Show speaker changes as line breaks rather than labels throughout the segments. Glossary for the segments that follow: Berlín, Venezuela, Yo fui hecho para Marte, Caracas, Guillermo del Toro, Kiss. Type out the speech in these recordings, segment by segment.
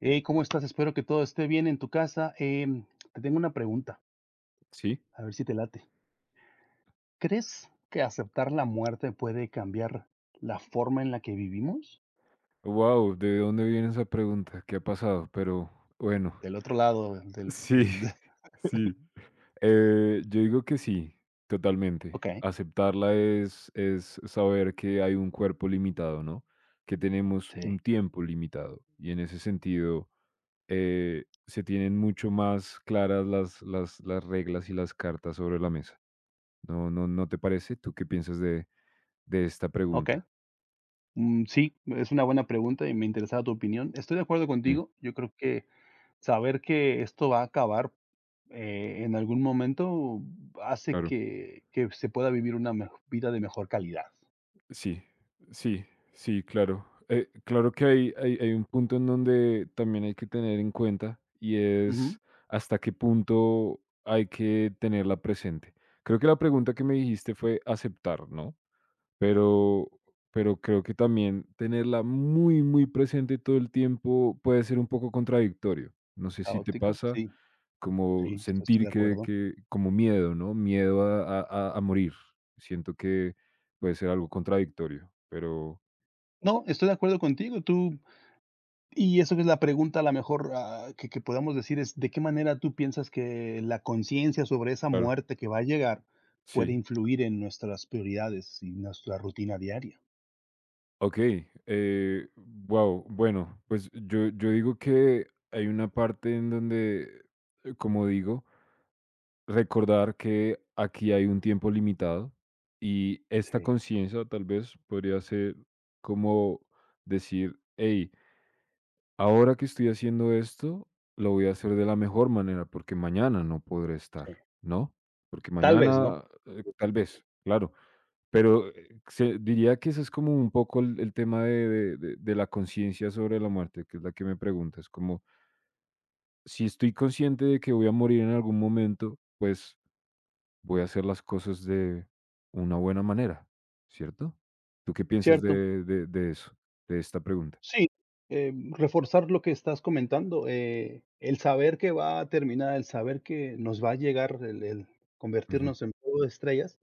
Hey, ¿cómo estás? Espero que todo esté bien en tu casa. Te tengo una pregunta,
Sí.
a ver si te late. ¿Crees que aceptar la muerte puede cambiar la forma en la que vivimos?
Wow, ¿de dónde viene esa pregunta? ¿Qué ha pasado? Pero bueno,
Del otro lado,
sí, sí. Yo digo que sí, totalmente.
Ok,
Aceptarla es saber que hay un cuerpo limitado, ¿no? Que tenemos un
sí,
tiempo limitado. Y en ese sentido, se tienen mucho más claras las reglas y las cartas sobre la mesa. ¿No, no, no te parece? ¿Tú qué piensas de esta
ok.
pregunta?
Sí, es una buena pregunta y me interesaba tu opinión. Estoy de acuerdo
Sí,
contigo. Yo creo que saber que esto va a acabar en algún momento hace
claro.
que se pueda vivir una vida de mejor calidad.
Sí, sí, sí, claro. Claro que hay un punto en donde también hay que tener en cuenta, y
Ujú,
es hasta qué punto hay que tenerla presente. Creo que la pregunta que me dijiste fue aceptar, ¿no? Pero, pero creo que también tenerla muy, muy presente todo el tiempo puede ser un poco contradictorio. No sé si te
caótico,
pasa,
sí,
como
sí, estoy
sentir
de
que,
acuerdo.
que como miedo, ¿no? Miedo a morir. Siento que puede ser algo contradictorio, pero
No, estoy de acuerdo contigo, tú y eso que es la pregunta a la mejor, que podamos decir es, ¿de qué manera tú piensas que la conciencia sobre esa
claro,
muerte que va a llegar puede
sí.
influir en nuestras prioridades y nuestra rutina diaria?
Ok, wow, bueno, pues yo digo que hay una parte en donde, como digo, recordar que aquí hay un tiempo limitado, y esta
Sí,
conciencia tal vez podría ser como decir, hey, ahora que estoy haciendo esto, lo voy a hacer de la mejor manera, porque mañana no podré estar,
sí.
¿no? Porque
Tal vez, ¿no?
mañana, tal vez, claro, pero, se diría que ese es como un poco el el tema de la conciencia sobre la muerte, que es la que me preguntas. Como si estoy consciente de que voy a morir en algún momento, pues, voy a hacer las cosas de una buena manera, ¿cierto? ¿Tú qué piensas
Cierto.
de eso, de esta pregunta?
Sí, reforzar lo que estás comentando, el saber que va a terminar, el saber que nos va a llegar, el
Ujú,
convertirnos en polvo de estrellas,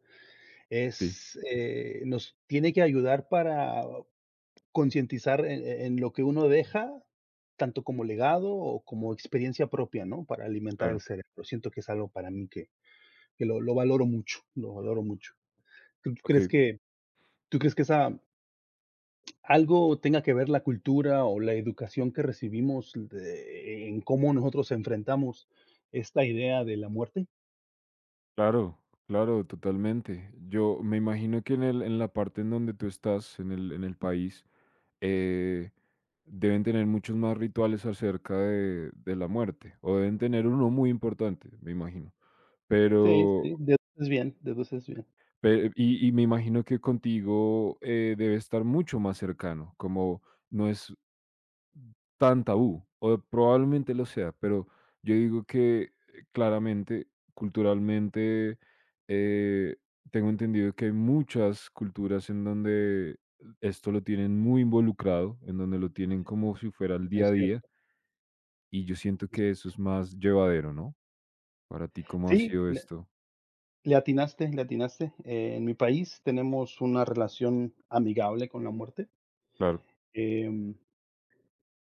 sí,
es, nos tiene que ayudar para concientizar en lo que uno deja, tanto como legado o como experiencia propia, ¿no? Para alimentar el
claro,
cerebro. Siento que es algo para mí que lo valoro mucho, lo valoro mucho. ¿Tú crees
okey.
que tú crees que esa algo tenga que ver la cultura o la educación que recibimos de en cómo nosotros enfrentamos esta idea de la muerte?
Claro, claro, totalmente. Yo me imagino que en la parte en donde tú estás, en el país, eh, deben tener muchos más rituales acerca de la muerte, o deben tener uno muy importante, me imagino.
Sí, sí,
Pero,
deduces bien, deduces bien.
y me imagino que contigo debe estar mucho más cercano, como no es tan tabú, o probablemente lo sea, pero yo digo que claramente, culturalmente, eh, tengo entendido que hay muchas culturas en donde esto lo tienen muy involucrado, en donde lo tienen como si fuera el día
Es
a día,
cierto,
y yo siento
es
que eso
cierto.
es más llevadero, ¿no? Para ti, ¿cómo ha
Sí.
sido esto?
Le atinaste, le atinaste. En mi país tenemos una relación amigable con la muerte,
Claro.
em,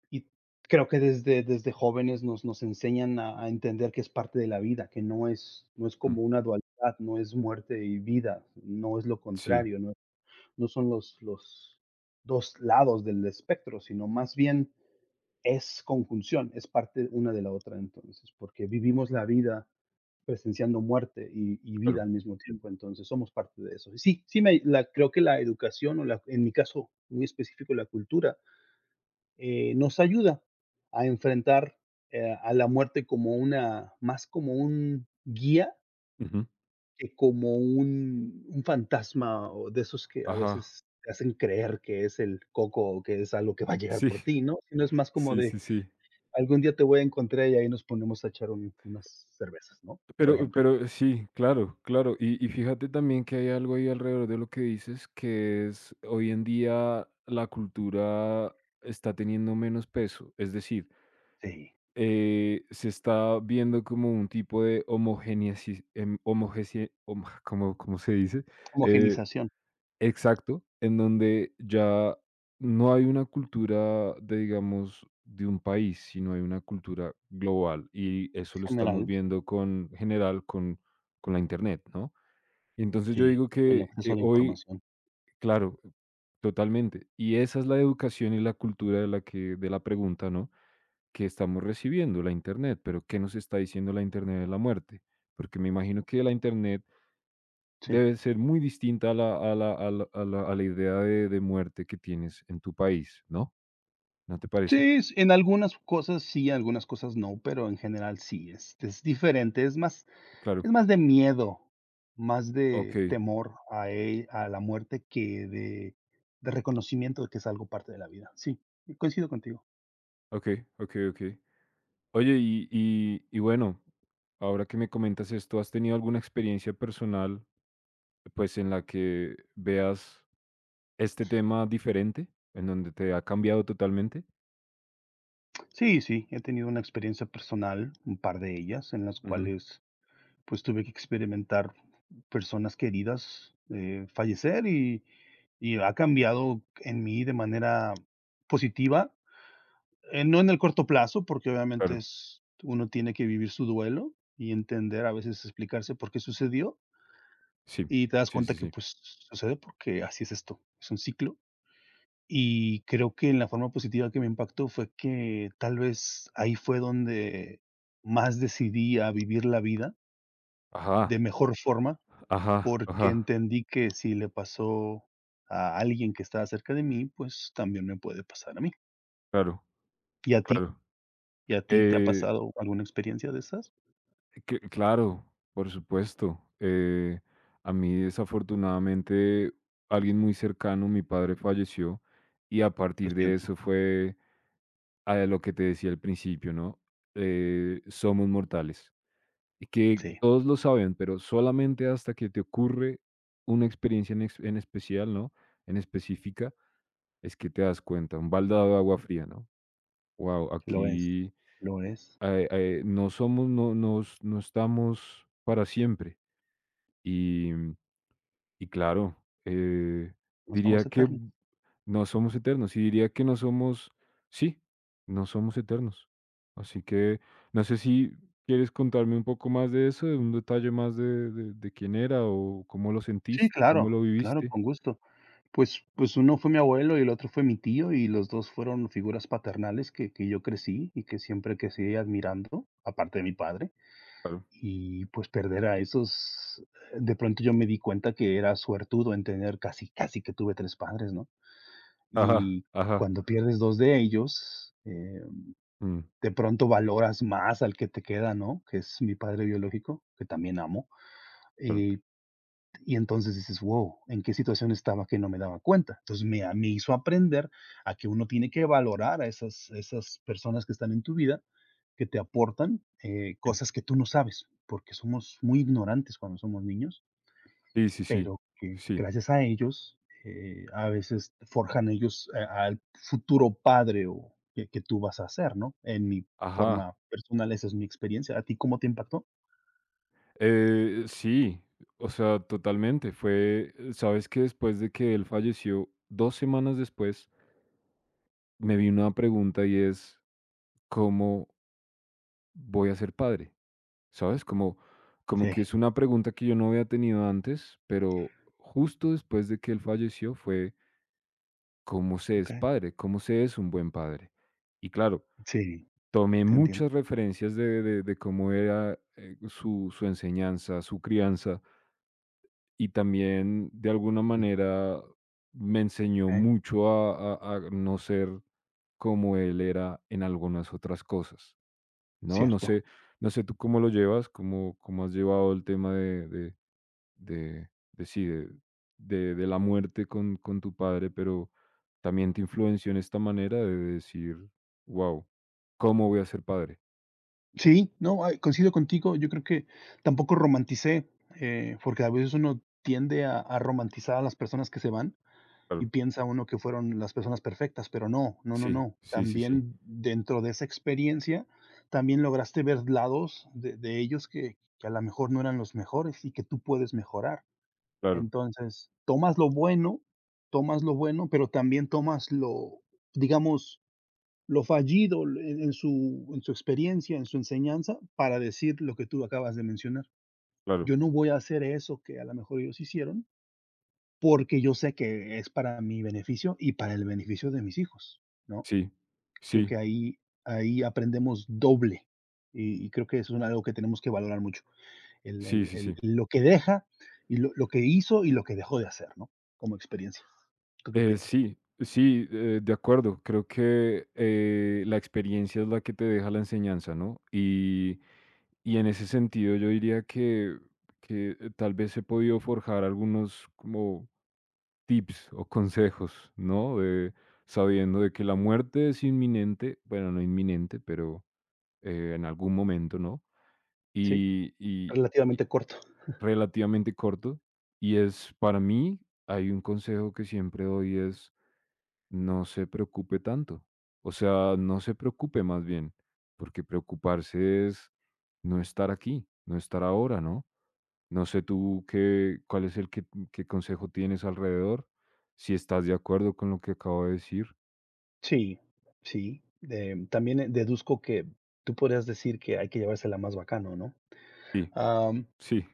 y creo que desde jóvenes nos enseñan a entender que es parte de la vida, que no es no es
Mm,
como una dualidad, no es muerte y vida, no es lo
sí,
contrario, no no son los 2 lados del espectro, sino más bien es conjunción, es parte una de la otra entonces, porque vivimos la vida presenciando muerte y vida
claro.
al mismo tiempo, entonces somos parte de eso. Y sí, sí me la creo que la educación o la en mi caso muy específico, la cultura, nos ayuda a enfrentar, a la muerte como una más como un guía
Ujú.
que como un fantasma o de esos que a
Ajá.
veces te hacen creer que es el coco o que es algo que va a llegar
Sí,
por ti, ¿no? Sino es más como
sí,
de
sí, sí.
algún día te voy a encontrar y ahí nos ponemos a echar un unas cervezas, ¿no? Por
Pero
ejemplo.
pero sí, claro, claro. Y fíjate también que hay algo ahí alrededor de lo que dices, que es hoy en día la cultura está teniendo menos peso. Es decir,
Sí.
se está viendo como un tipo de homogeneici em, homogesei hom ¿cómo se dice? Eh
Homogenización
Exacto, en donde ya no hay una cultura de, digamos, de un país, sino hay una cultura global, y eso lo estamos
general,
viendo con general con la Internet, ¿no? Entonces, yo
sí,
digo
el
que
acceso a
que
la
hoy,
información,
claro, totalmente, y esa es la educación y la cultura de la que de la pregunta, ¿no?, que estamos recibiendo, la Internet. Pero, ¿qué nos está diciendo la Internet de la muerte? Porque me imagino que la Internet
sí.
debe ser muy distinta a la, a la, a la, a la, a la idea de muerte que tienes en tu país, ¿no? ¿No te parece?
Sí, s en algunas cosas sí, en algunas cosas no, pero en general sí, es diferente,
Claro.
es más de miedo, más
Ok,
de temor a la muerte que de reconocimiento de que es algo parte de la vida. Sí, coincido contigo.
ok, ok, ok. Oye, y bueno, ahora que me comentas esto, ¿has tenido alguna experiencia personal, pues, en la que veas este tema diferente, en donde te ha cambiado totalmente?
Sí, sí, he tenido una experiencia personal, un par de ellas, en las
Ujú,
cuales pues tuve que experimentar personas queridas, fallecer y ha cambiado en mí de manera positiva, no en el corto plazo, porque obviamente
claro,
es uno tiene que vivir su duelo y entender, a veces explicarse por qué sucedió,
sí,
y te das
sí,
cuenta
sí,
que,
sí.
pues, sucede porque así es esto, es un ciclo. Y creo que en la forma positiva que me impactó fue que tal vez ahí fue donde más decidí a vivir la vida
Ajá,
de mejor forma.
ajá,
Porque
ajá,
entendí que si le pasó a alguien que estaba cerca de mí, pues también me puede pasar a mí.
claro,
¿Y a ti?
claro.
¿Y a ti te ha
Eh,
pasado alguna experiencia de esas?
Que claro, por supuesto. A mí desafortunadamente alguien muy cercano, mi padre, falleció, y a
Lo
partir de
siento.
eso fue a lo que te decía al principio, ¿no? Somos mortales y que
Sí,
todos lo saben, pero solamente hasta que te ocurre una experiencia en, en especial, ¿no? En específica, es que te das cuenta, un baldado de agua fría, ¿no? Wow,
lo es,
aquí,
lo es.
no somos, no, nos, no estamos para siempre. Y, y, claro, eh,
No somos
diría que
eternos.
no somos eternos y diría que no somos, sí, no somos eternos. Así que no sé si quieres contarme un poco más de eso, de un detalle más de quién era o cómo lo
Sí,
sentiste, cómo
claro,
lo
claro,
viviste.
con gusto. Pues pues uno fue mi abuelo y el otro fue mi tío, y los 2 fueron figuras paternales que yo crecí y que siempre crecí admirando, aparte de mi padre.
Claro.
Y, pues, perder a esos de pronto yo me di cuenta que era suertudo en tener casi, casi que tuve 3 padres, ¿no?
Ajá,
Y
ajá.
cuando pierdes 2 de ellos,
Mm,
de pronto valoras más al que te queda, ¿no? Que es mi padre biológico, que también amo,
claro.
eh, y entonces dices: wow ¿en qué situación estaba que no me daba cuenta?". Entonces, me hizo aprender a que uno tiene que valorar a esas esas personas que están en tu vida que te aportan, cosas que tú no sabes, porque somos muy ignorantes cuando somos niños,
Sí, sí, sí,
pero que
sí.
gracias a ellos, a veces forjan ellos a al futuro padre o que tú vas a ser, ¿no? En mi
Ajá.
forma personal, esa es mi experiencia, ¿a ti cómo te impactó?
Sí, o sea, totalmente. Fue, sabes que después de que él falleció, dos semanas después, me vi una pregunta y es, ¿cómo voy a ser padre? ¿Sabes? Como,
Sí,
como que es una pregunta que yo no había tenido antes, pero justo después de que él falleció fue, ¿cómo se es
okey.
padre? ¿Cómo se es un buen padre? Y claro,
Sí,
tomé
te entiendo.
muchas referencias de cómo era su, su enseñanza, su crianza, y también de alguna manera me enseñó
Okey,
mucho a no ser como él era en algunas otras cosas. No, no
cierto.
sé, no sé tú cómo lo llevas, cómo, cómo has llevado el tema de sí, de la muerte con tu padre, pero también te influenció en esta manera de decir, wow, ¿cómo voy a ser padre?
Sí, no, coincido contigo. Yo creo que tampoco romanticé, porque a veces uno tiende a romantizar a las personas que se van y
Claro,
piensa uno que fueron las personas perfectas, pero no, no, no,
sí,
no.
sí, sí, sí,
También dentro de esa experiencia, también lograste ver lados de ellos que a lo mejor no eran los mejores y que tú puedes mejorar.
claro,
Entonces, tomas lo bueno, pero también tomas lo, digamos, lo fallido en su experiencia, en su enseñanza, para decir lo que tú acabas de mencionar.
claro,
Yo no voy a hacer eso que a lo mejor ellos hicieron, porque yo sé que es para mi beneficio y para el beneficio de mis hijos, ¿no?
sí,
Creo
sí,
que ahí ahí aprendemos doble, y creo que eso es algo que tenemos que valorar mucho, el
sí,
el
sí,
el
sí.
lo que deja y lo que hizo y lo que dejó de hacer, ¿no? Como experiencia. ¿Tú qué piensas?
Sí, sí, de acuerdo. Creo que la experiencia es la que te deja la enseñanza, ¿no? Y en ese sentido yo diría que tal vez he podido forjar algunos como tips o consejos, ¿no? De, sabiendo de que la muerte es inminente, bueno, no inminente, pero en algún momento, ¿no?
Sí,
Y
relativamente corto.
relativamente corto. Y es para mí, hay un consejo que siempre doy, es no se preocupe tanto. O sea, no se preocupe más bien, porque preocuparse es no estar aquí, no estar ahora, ¿no? No sé tú qué, cuál es el que, qué consejo tienes alrededor, si estás de acuerdo con lo que acabo de decir.
Sí, sí. También, deduzco que tú podrías decir que hay que llevársela más bacano, ¿no?
Sí,
Am,
sí,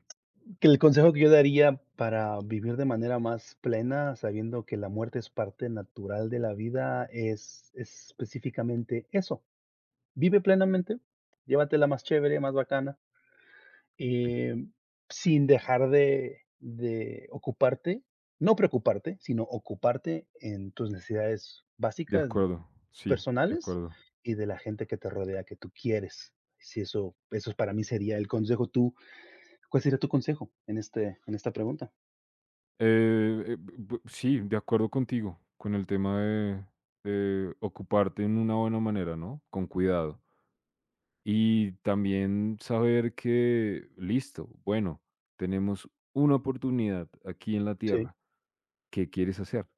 que el consejo que yo daría para vivir de manera más plena, sabiendo que la muerte es parte natural de la vida, es específicamente eso. Vive plenamente, llévatela más chévere, más bacana,
sí,
em, sin dejar de ocuparte, no preocuparte, sino ocuparte en tus necesidades
de
básicas
acuerdo, sí, de
personales
acuerdo.
y de la gente que te rodea, que tú quieres. Si eso eso para mí sería el consejo. Tú, ¿cuál sería tu consejo en este en esta pregunta?
Sí, de acuerdo contigo, con el tema de ocuparte en una buena manera, ¿no? Con cuidado. Y también saber que, listo, bueno, tenemos una oportunidad aquí en la
Sí,
Tierra, ¿qué quieres hacer?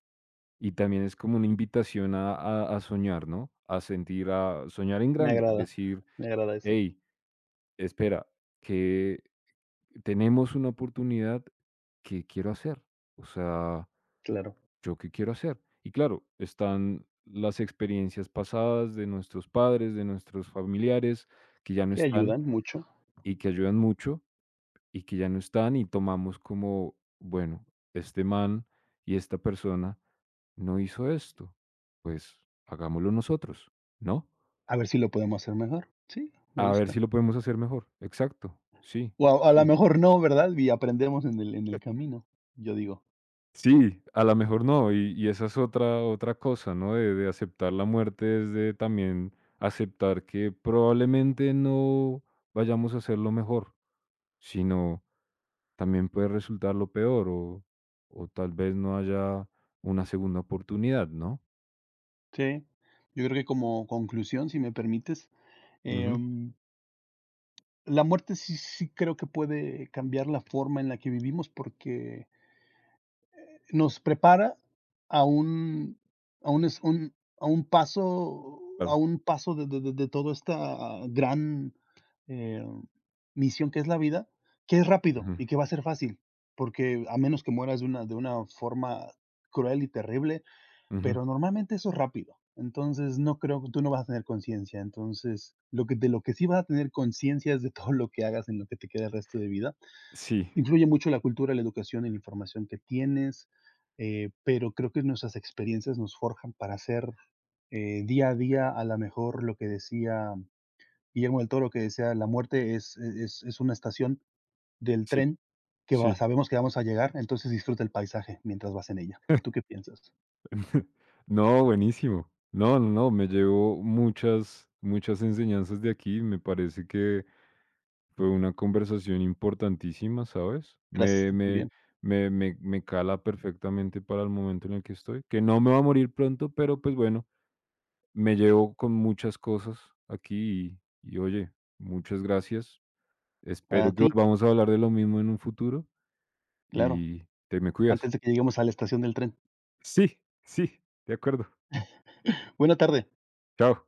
Y también es como una invitación a soñar, ¿no? A sentir, a soñar en
me
grande y
agrada,
decir,
me agrada eso.
hey, espera, que tenemos una oportunidad, ¿qué quiero hacer? O sea,
Claro,
¿yo qué quiero hacer? Y claro, están las experiencias pasadas de nuestros padres, de nuestros familiares, que ya no
que
están
ayudan mucho.
y que ayudan mucho y que ya no están, y tomamos como, bueno, este man y esta persona no hizo esto, pues hagámoslo nosotros, ¿no?
A ver si lo podemos hacer mejor. Sí, me
A ver
gusta.
si lo podemos hacer mejor. Exacto, sí,
O a la
sí.
mejor no, ¿verdad? Y aprendemos en el camino, yo digo.
Sí, a la mejor no, y esa es otra, otra cosa, ¿no? De aceptar la muerte es de también aceptar que probablemente no vayamos a hacerlo mejor, sino también puede resultar lo peor, o tal vez no haya una segunda oportunidad, ¿no?
Sí, yo creo que como conclusión, si me permites,
Ujú,
em, la muerte sí sí creo que puede cambiar la forma en la que vivimos, porque nos prepara a un a un es un a
claro.
un paso de toda esta gran, eh, misión que es la vida, que es rápido
Ujú,
y que va a ser fácil, porque a menos que mueras de una forma cruel y terrible,
ujú.
pero normalmente eso es rápido. Entonces, no creo que tú no vas a tener conciencia. Entonces, lo que de lo que sí vas a tener conciencia es de todo lo que hagas en lo que te queda el resto de vida,
Sí,
influye mucho la cultura, la educación y la información que tienes, pero creo que nuestras experiencias nos forjan para hacer, día a día, a la mejor lo que decía Guillermo del Toro, que decía: "La muerte es una estación del
sí,
tren que va
sí.
sabemos que vamos a llegar, entonces disfruta el paisaje mientras vas en ella". ¿Tú qué piensas?
No, buenísimo. No, no, no, me llevo muchas, muchas enseñanzas de aquí. Me parece que fue una conversación importantísima, ¿sabes?
Gracias a
Me,
ti
me,
también.
me, me, me cala perfectamente para el momento en el que estoy, que no me va a morir pronto, pero pues bueno, me llevo con muchas cosas aquí, y oye, muchas gracias.
A
Espero que
ti,
volvamos a hablar de lo mismo en un futuro,
claro,
y te me
antes
cuidas.
de que lleguemos a la estación del tren.
Sí, sí, de acuerdo.
Buena tarde.
Chao.